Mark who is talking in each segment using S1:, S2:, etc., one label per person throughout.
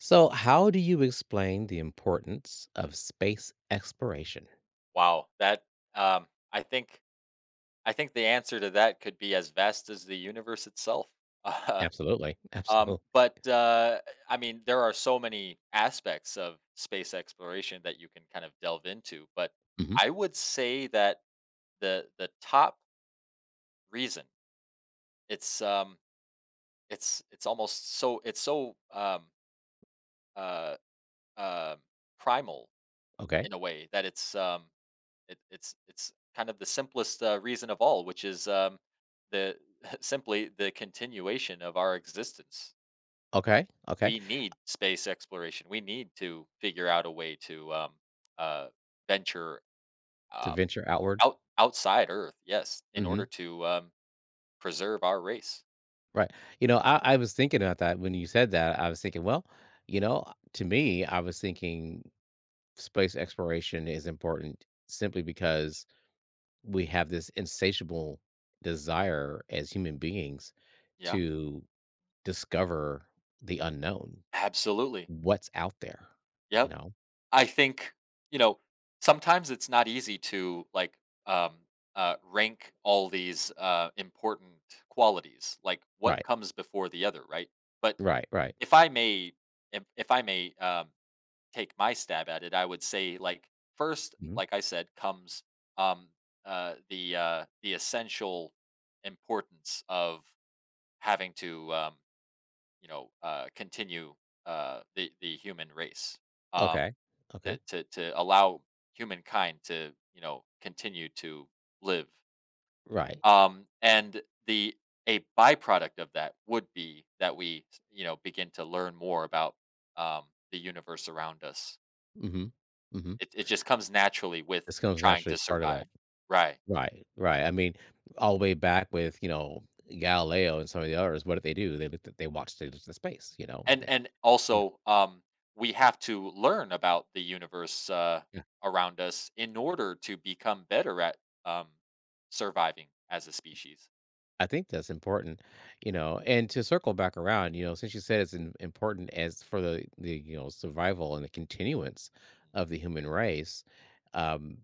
S1: So, how do you explain the importance of space exploration?
S2: Wow, that um, I think I think the answer to that could be as vast as the universe itself. Uh,
S1: Absolutely. Absolutely.
S2: but there are so many aspects of space exploration that you can kind of delve into. But
S1: hmm
S2: I would say that the top reason it's um, it's almost it's so uh, uh, primal
S1: Okay.
S2: in a way that it's kind of the simplest reason of all, which is the simply the continuation of our existence.
S1: Okay. Okay.
S2: We need space exploration. We need to figure out a way to uh, venture
S1: To
S2: um,
S1: venture outward.
S2: outside Earth. Yes, in
S1: hmm
S2: order to preserve our race.
S1: Right. I was thinking about that when you said that. I was thinking, well, you know, to me, I was thinking space exploration is important simply because we have this insatiable desire as human beings
S2: Yeah,
S1: to discover the unknown,
S2: absolutely.
S1: what's out there, you
S2: Yep.
S1: know?
S2: I think, you know, sometimes it's not easy to um rank all these important qualities, like what
S1: Right.
S2: comes before the other, right? But
S1: Right, right.
S2: if I may if I may take my stab at it, I would say, like, first,
S1: Mhm.
S2: like I said, comes um the essential importance of having to continue the human race. Um
S1: Okay. Okay.
S2: to allow humankind to, you know, continue to live,
S1: Right.
S2: and the a byproduct of that would be that we, you know, begin to learn more about um the universe around us.
S1: Mhm. Mhm.
S2: It just comes naturally with
S1: This comes
S2: trying
S1: naturally
S2: to
S1: as part of that.
S2: survive, right?
S1: Right, right. I mean, all the way back with, you know, Galileo and some of the others, what did they do? They looked at, they watched, they looked at space, you know?
S2: and
S1: They
S2: and
S1: yeah.
S2: also, we have to learn about the universe around us in order to become better at um surviving as a species.
S1: I think that's important, you know, and to circle back around, you know, since you said it's im important as for you know, survival and the continuance
S2: Mhm.
S1: of the human race, um,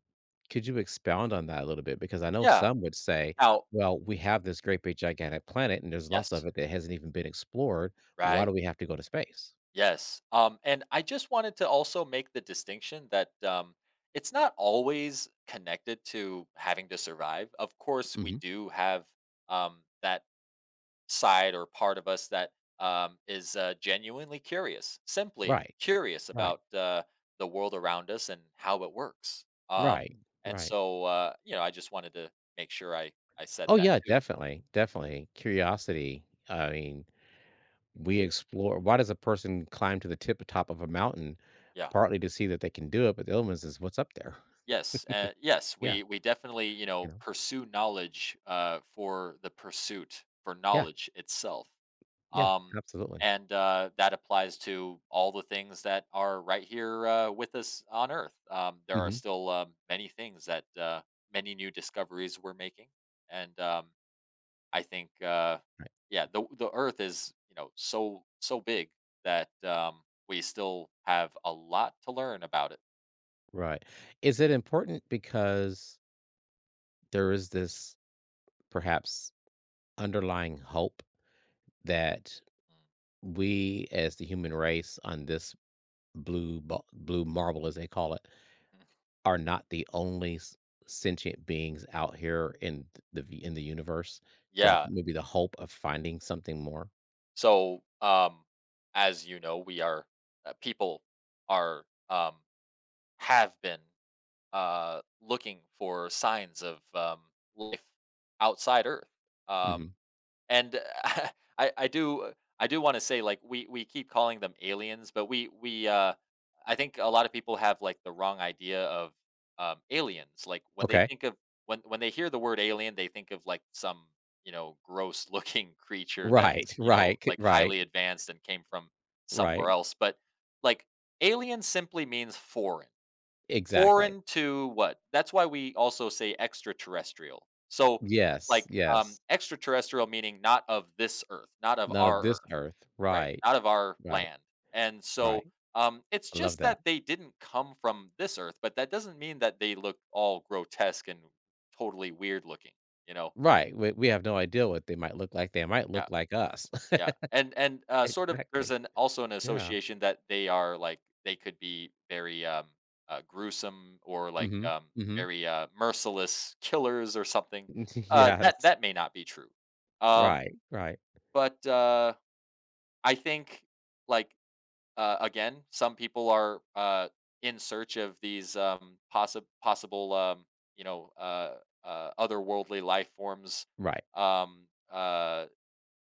S1: could you expound on that a little bit? Because I know
S2: Yeah,
S1: some would say,
S2: now.
S1: "Well, we have this great big gigantic planet, and there's lots of
S2: Yes.
S1: it that hasn't even been explored. Why
S2: Right?
S1: do we have to go to space?"
S2: Yes. And I just wanted to also make the distinction that, it's not always connected to having to survive. Of course, we
S1: Mhm.
S2: do have, that side or part of us that is genuinely curious, simply
S1: Right,
S2: curious
S1: right,
S2: about the world around us and how it works.
S1: right, right.
S2: You know, I just wanted to make sure I said
S1: Oh,
S2: that
S1: yeah,
S2: too.
S1: definitely, definitely. Curiosity, I mean, we explore, why does a person climb to the tip top of a mountain?
S2: Yeah.
S1: Partly to see that they can do it, but the other one is what's up there.
S2: Yes,
S1: Yeah,
S2: we definitely, you
S1: you
S2: know,
S1: know?
S2: pursue knowledge for the pursuit for
S1: Yeah,
S2: knowledge itself,
S1: yeah,
S2: um,
S1: absolutely.
S2: and that applies to all the things that are right here with us on Earth. There are
S1: Mhm,
S2: still, many things that many new discoveries we're making, and I think, uh,
S1: right,
S2: yeah, the Earth is, you know, so so big that, we still have a lot to learn about it.
S1: right. Is it important because there is this perhaps underlying hope that we as the human race on this blue ba blue marble, as they call it,
S2: Mhm.
S1: are not the only s sentient beings out here in th the v in the universe to h-
S2: Yeah.
S1: maybe the hope of finding something more?
S2: So, as you know, we are people are have been, looking for signs of, life outside Earth. Um,
S1: Mhm.
S2: and uh, I do I do wanna say, like, we keep calling them aliens, but I think a lot of people have, like, the wrong idea of, aliens. Like, when they
S1: Okay.
S2: think of, when they hear the word alien, they think of, like, some, you know, gross looking creature that's,
S1: Right,
S2: you know,
S1: right, c
S2: like,
S1: right,
S2: highly advanced and came from somewhere
S1: right.
S2: else, but, like, alien simply means foreign.
S1: Exactly.
S2: Foreign to what? That's why we also say extraterrestrial. So,
S1: Yes,
S2: like,
S1: yes.
S2: extraterrestrial meaning not of this earth, not of
S1: Not of
S2: our
S1: this
S2: earth,
S1: earth.
S2: right?
S1: Right,
S2: Not of our
S1: right,
S2: land. And so,
S1: right.
S2: it's
S1: I love
S2: just
S1: that.
S2: that they didn't come from this earth, but that doesn't mean that they look all grotesque and totally weird looking, you know?
S1: Right, we have no idea what they might look like. They might
S2: Yeah.
S1: look like us.
S2: Yeah, and sort of there's
S1: Exactly.
S2: an also an
S1: Yeah.
S2: association that they are, like, they could be very, gruesome, or, like,
S1: Mhm, mhm.
S2: very, merciless killers or something. That
S1: Yes.
S2: that may not be true. Um,
S1: Right, right,
S2: but, I think, like, Again, some people are, in search of these, possible, you know, uh, otherworldly life forms,
S1: right.
S2: um, uh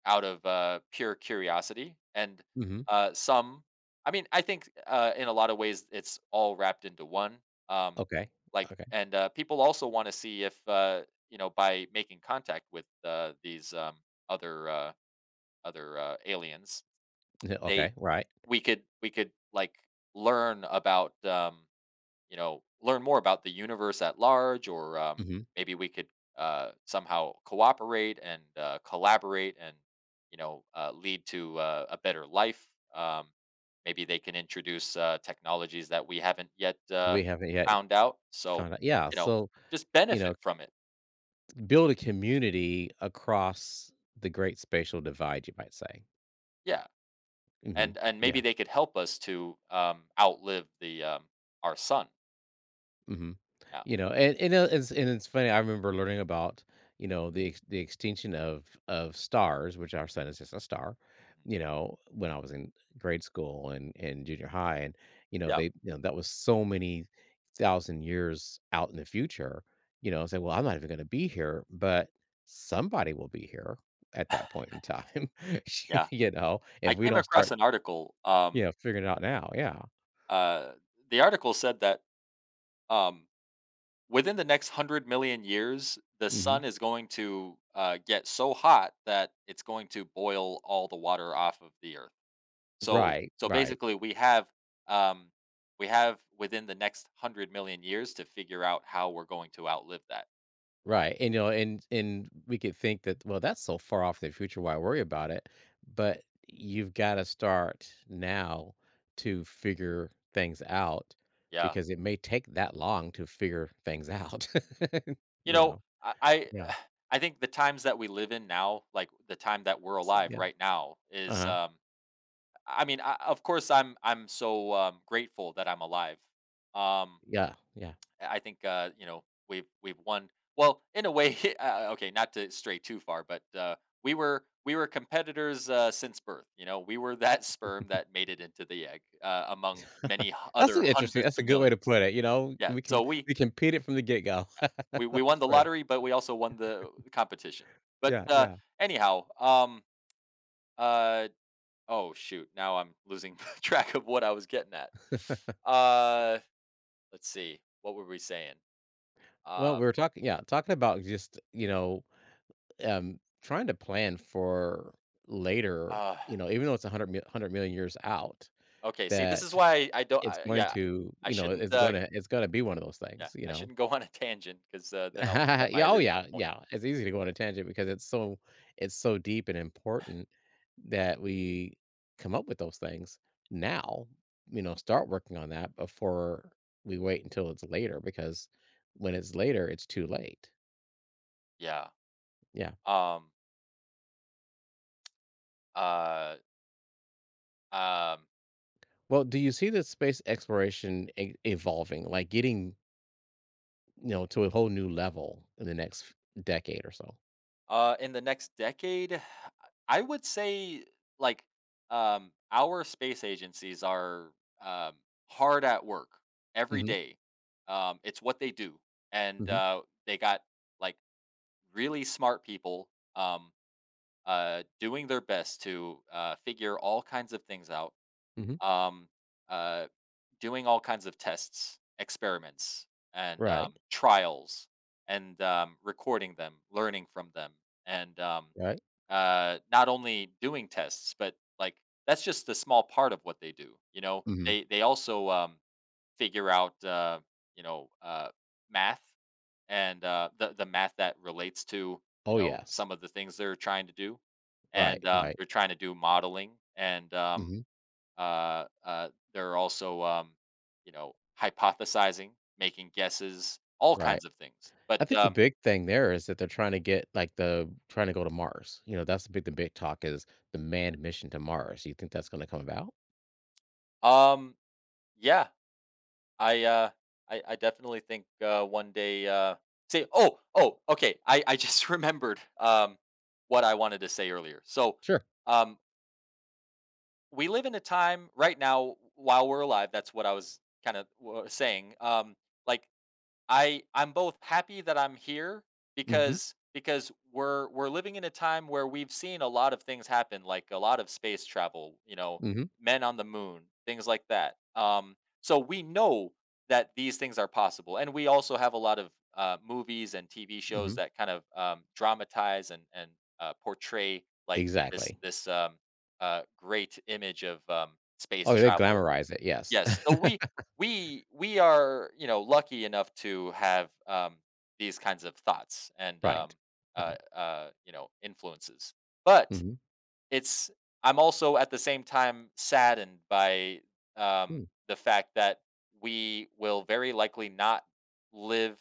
S2: out of pure curiosity. And
S1: Mhm.
S2: some, I mean, I think, in a lot of ways it's all wrapped into one. Um,
S1: Okay,
S2: like,
S1: okay.
S2: and People also want to see if, you know, by making contact with, these, other uh, other, aliens, they
S1: Okay, right.
S2: we could like learn about, you know, learn more about the universe at large, or,
S1: Mhm.
S2: maybe we could, somehow cooperate and, collaborate and, you know, lead to, a better life, um, maybe they can introduce, technologies that we haven't yet,
S1: We haven't yet
S2: found out, so,
S1: found out, yeah,
S2: you know,
S1: so,
S2: just
S1: you know,
S2: benefit from it.
S1: build a community across the great spatial divide, you might say.
S2: Yeah.
S1: Mhm.
S2: And
S1: Yeah.
S2: maybe they could help us to, outlive the our sun
S1: Mhm.
S2: now.
S1: You know, and it's, and it's funny. I remember learning about, you know, the extinction of stars, which our sun is just a star.
S2: Mhm.
S1: You know, when I was in grade school and junior high, and you know,
S2: Yeah.
S1: they, you know, that was so many thousand years out in the future. You
S2: Mhm.
S1: know, say, well, I'm not even going to be here, but somebody will be here at that point in time.
S2: Yeah,
S1: You know, if
S2: I
S1: we
S2: came
S1: don't
S2: across
S1: start,
S2: an article.
S1: you know, figuring it out now. Yeah.
S2: Uh, the article said that, um, within the next 100 million years, the
S1: hmm
S2: sun is going to, get so hot that it's going to boil all the water off of the earth. So,
S1: Right.
S2: so
S1: Right.
S2: basically, we have, um, we have within the next 100 million years to figure out how we're going to outlive that.
S1: Right. And you know, and we could think that, well, that's so far off in the future, why worry about it? But you've got to start now to figure things out
S2: Yeah.
S1: because it may take that long to figure things out.
S2: Mhm. You
S1: You
S2: know,
S1: know.
S2: I
S1: Yeah.
S2: I think the times that we live in now, like the time that we're
S1: So
S2: alive
S1: yeah.
S2: right now, is
S1: Uh-huh.
S2: I mean, I, of course, I'm so, grateful that I'm alive. Um,
S1: Yeah. Yeah.
S2: I think you know, we've won. Well, in a way, okay, not to stray too far, but, we were competitors, since birth. You know, we were that sperm that made it into the egg, among many
S1: That's
S2: other
S1: an interesting.
S2: hundreds
S1: That's a
S2: of
S1: good way to
S2: millions.
S1: put it. You know,
S2: Yeah,
S1: we can
S2: so
S1: we compete it from the get-go.
S2: we won
S1: That's
S2: the
S1: true.
S2: lottery, but we also won the competition. But
S1: Yeah,
S2: uh,
S1: yeah.
S2: anyhow, um, uh, Oh shoot, now I'm losing track of what I was getting at. Uh let's see. What were we saying?
S1: Well,
S2: Um
S1: we were talking, yeah, talking about just, you know, trying to plan for later,
S2: uh
S1: you know, even though it's 100 million years out,
S2: okay, See, this is
S1: that
S2: why I don't,
S1: it's going to,
S2: I
S1: you know,
S2: shouldn't uh
S1: it's going to be one of those
S2: yeah,
S1: things, you
S2: I
S1: know?
S2: shouldn't go on a tangent cuz, then I'll forget my
S1: Yeah. Oh
S2: original
S1: yeah.
S2: point.
S1: Yeah. It's easy to go on a tangent because it's so deep and important that we come up with those things now, you know, start working on that before we wait until it's later because when it's later, it's too late.
S2: Yeah.
S1: Yeah.
S2: Um uh um
S1: Well, do you see this space exploration evolving, like getting, you know, to a whole new level in the next decade or so?
S2: In the next decade, I would say, like our space agencies are, um, hard at work every
S1: hmm
S2: day. It's what they do, and,
S1: hmm
S2: they got, like, really smart people, um, doing their best to, figure all kinds of things out,
S1: hmm
S2: um, uh, doing all kinds of tests, experiments, and,
S1: Right.
S2: trials, and, recording them, learning from them, and,
S1: Right.
S2: not only doing tests, but, like, that's just a small part of what they do, you know?
S1: hmm
S2: They also, figure out, you know, math, and, the math that relates to, you
S1: Oh
S2: know,
S1: yes.
S2: some of the things they're trying to do,
S1: Right.
S2: and,
S1: Right.
S2: they're trying to do modeling, and,
S1: hmm
S2: they're also, you know, hypothesizing, making guesses, all
S1: Right.
S2: kinds of things, but,
S1: I think the big thing there is that they're trying to get like the trying to go to Mars. You know, that's the big talk is the manned mission to Mars. You think that's going to come about?
S2: um, yeah. I uh I definitely think, one day, say oh, oh, okay, I just remembered, what I wanted to say earlier. So,
S1: Sure.
S2: um we live in a time right now while we're alive, that's what I was kind of saying, like I'm both happy that I'm here,
S1: hmm
S2: because we're living in a time where we've seen a lot of things happen, like a lot of space travel, you know,
S1: hmm
S2: men on the moon, things like that. So we know that these things are possible, and we also have a lot of, movies and TV shows
S1: hmm
S2: that kind of, dramatize and portray, like, this
S1: Exactly.
S2: this great image of, space
S1: Oh, they
S2: travel.
S1: glamorize it. Yes.
S2: Yes, so we are, you know, lucky enough to have, these kinds of thoughts and,
S1: Right. Right.
S2: you know, influences, but
S1: hmm
S2: it's I'm also at the same time saddened by, um, the fact that we will very likely not live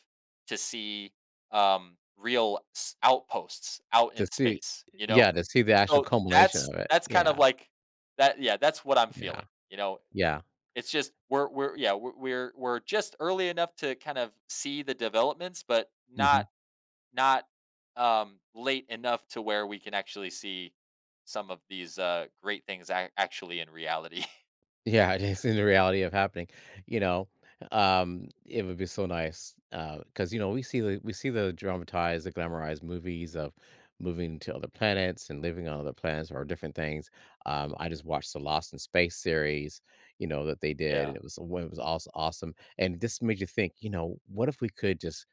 S2: to see, real s outposts out
S1: To
S2: in
S1: see,
S2: space, you know?
S1: yeah, to see the actual
S2: So
S1: culmination of it.
S2: that's kind of
S1: Yeah,
S2: like that, yeah, that's what I'm
S1: yeah,
S2: feeling, you know?
S1: yeah,
S2: It's just we're yeah, we're just early enough to kind of see the developments, but
S1: mhm.
S2: not not, late enough to where we can actually see some of these, great things actually in reality.
S1: Yeah, it is in the reality of happening, you know? It would be so nice, because you know, we see the dramatized, the glamorized movies of moving to other planets and living on other planets or different things. I just watched the Lost in Space series, you know, that they did,
S2: Yeah.
S1: and it was also awesome, and this made you think, you know, what if we could just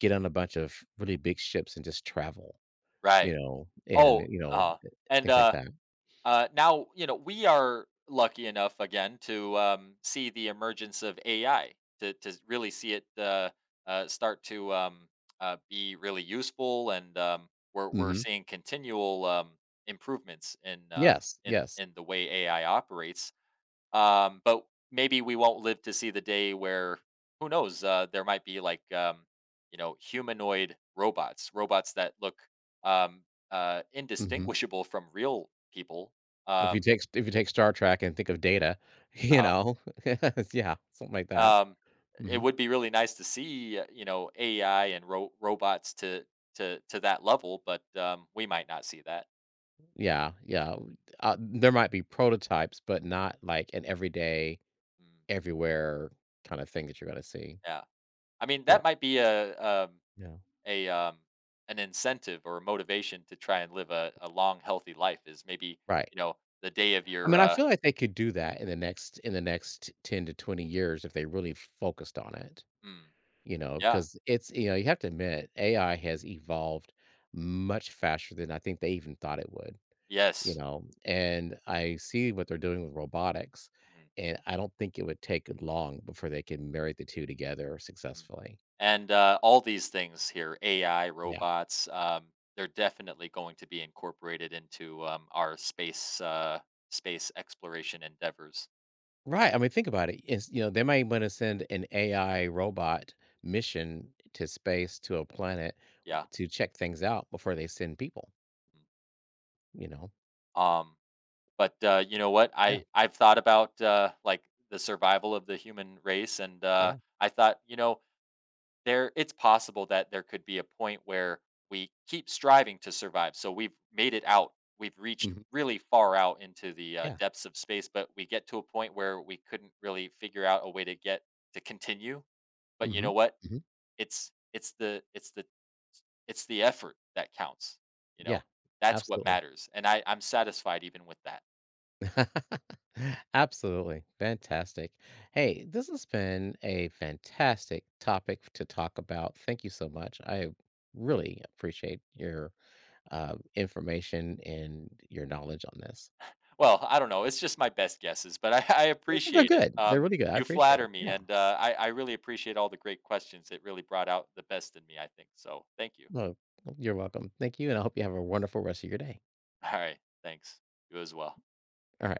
S1: get on a bunch of really big ships and just travel? You
S2: Right.
S1: know, and,
S2: Oh,
S1: you know, eh,
S2: and
S1: things like that.
S2: Now, you know, we are lucky enough again to, see the emergence of AI, to really see it, start to, be really useful, and, we're
S1: Mhm.
S2: seeing continual, improvements
S1: Yes, yes.
S2: in the way AI operates. But maybe we won't live to see the day where, who knows, there might be, like, you know, humanoid robots, robots that look, um,
S1: Mhm.
S2: indistinguishable from real people. Um,
S1: If you take Star Trek and think of Data, you
S2: uh,
S1: know? Yeah, something like that.
S2: um, it
S1: Mhm.
S2: would be really nice to see, you know, AI and robots to that level, but, we might not see that.
S1: Yeah, yeah, there might be prototypes, but not like an everyday,
S2: Mm,
S1: everywhere kinda thing that you're gonna see,
S2: yeah, I mean,
S1: you know?
S2: that might be a, um,
S1: Yeah.
S2: a um, an incentive or a motivation to try and live a long, healthy life is maybe,
S1: Right.
S2: you know, the day of
S1: I
S2: your,
S1: mean, I feel like they could do that in the next 10 to 20 years if they really focused on it.
S2: mm,
S1: You know,
S2: yeah.
S1: because it's, you know, you have to admit, AI has evolved much faster than I think they even thought it would, you
S2: Yes.
S1: know, and I see what they're doing with robotics,
S2: mm,
S1: and I don't think it would take long before they can marry the two together
S2: mhm.
S1: successfully.
S2: And, all these things here, AI
S1: Yeah.
S2: robots, they're definitely going to be incorporated into, our space exploration endeavors.
S1: Right, I mean, think about it, it's, you know, they might wanna send an AI robot mission to space to a planet
S2: Yeah.
S1: to check things out before they send people,
S2: Mm.
S1: you know?
S2: um but, you know what,
S1: Yeah,
S2: I've thought about, the survival of the human race, and,
S1: yeah,
S2: I thought, you know, there it's possible that there could be a point where we keep striving to survive, so we've made it out. We've reached
S1: mhm,
S2: really far out into the,
S1: yeah,
S2: depths of space, but we get to a point where we couldn't really figure out a way to get to continue, but you know
S1: mhm,
S2: what?
S1: mhm,
S2: It's it's the it's the it's the effort that counts, you
S1: yeah,
S2: know? That's what
S1: absolutely.
S2: matters, and I'm satisfied even with that.
S1: Absolutely. Fantastic. Hey, this has been a fantastic topic to talk about. Thank you so much. I really appreciate your information and your knowledge on this.
S2: Well, I don't know, it's just my best guesses, but I I
S1: They're
S2: appreciate it.
S1: good. They're really good. I
S2: You
S1: appreciate
S2: flatter
S1: them.
S2: me,
S1: Yeah.
S2: and, I really appreciate all the great questions, it really brought out the best in me, I think, so thank you.
S1: No, you're welcome. Thank you. And I hope you have a wonderful rest of your day.
S2: Alright, thanks. You as well.
S1: All right.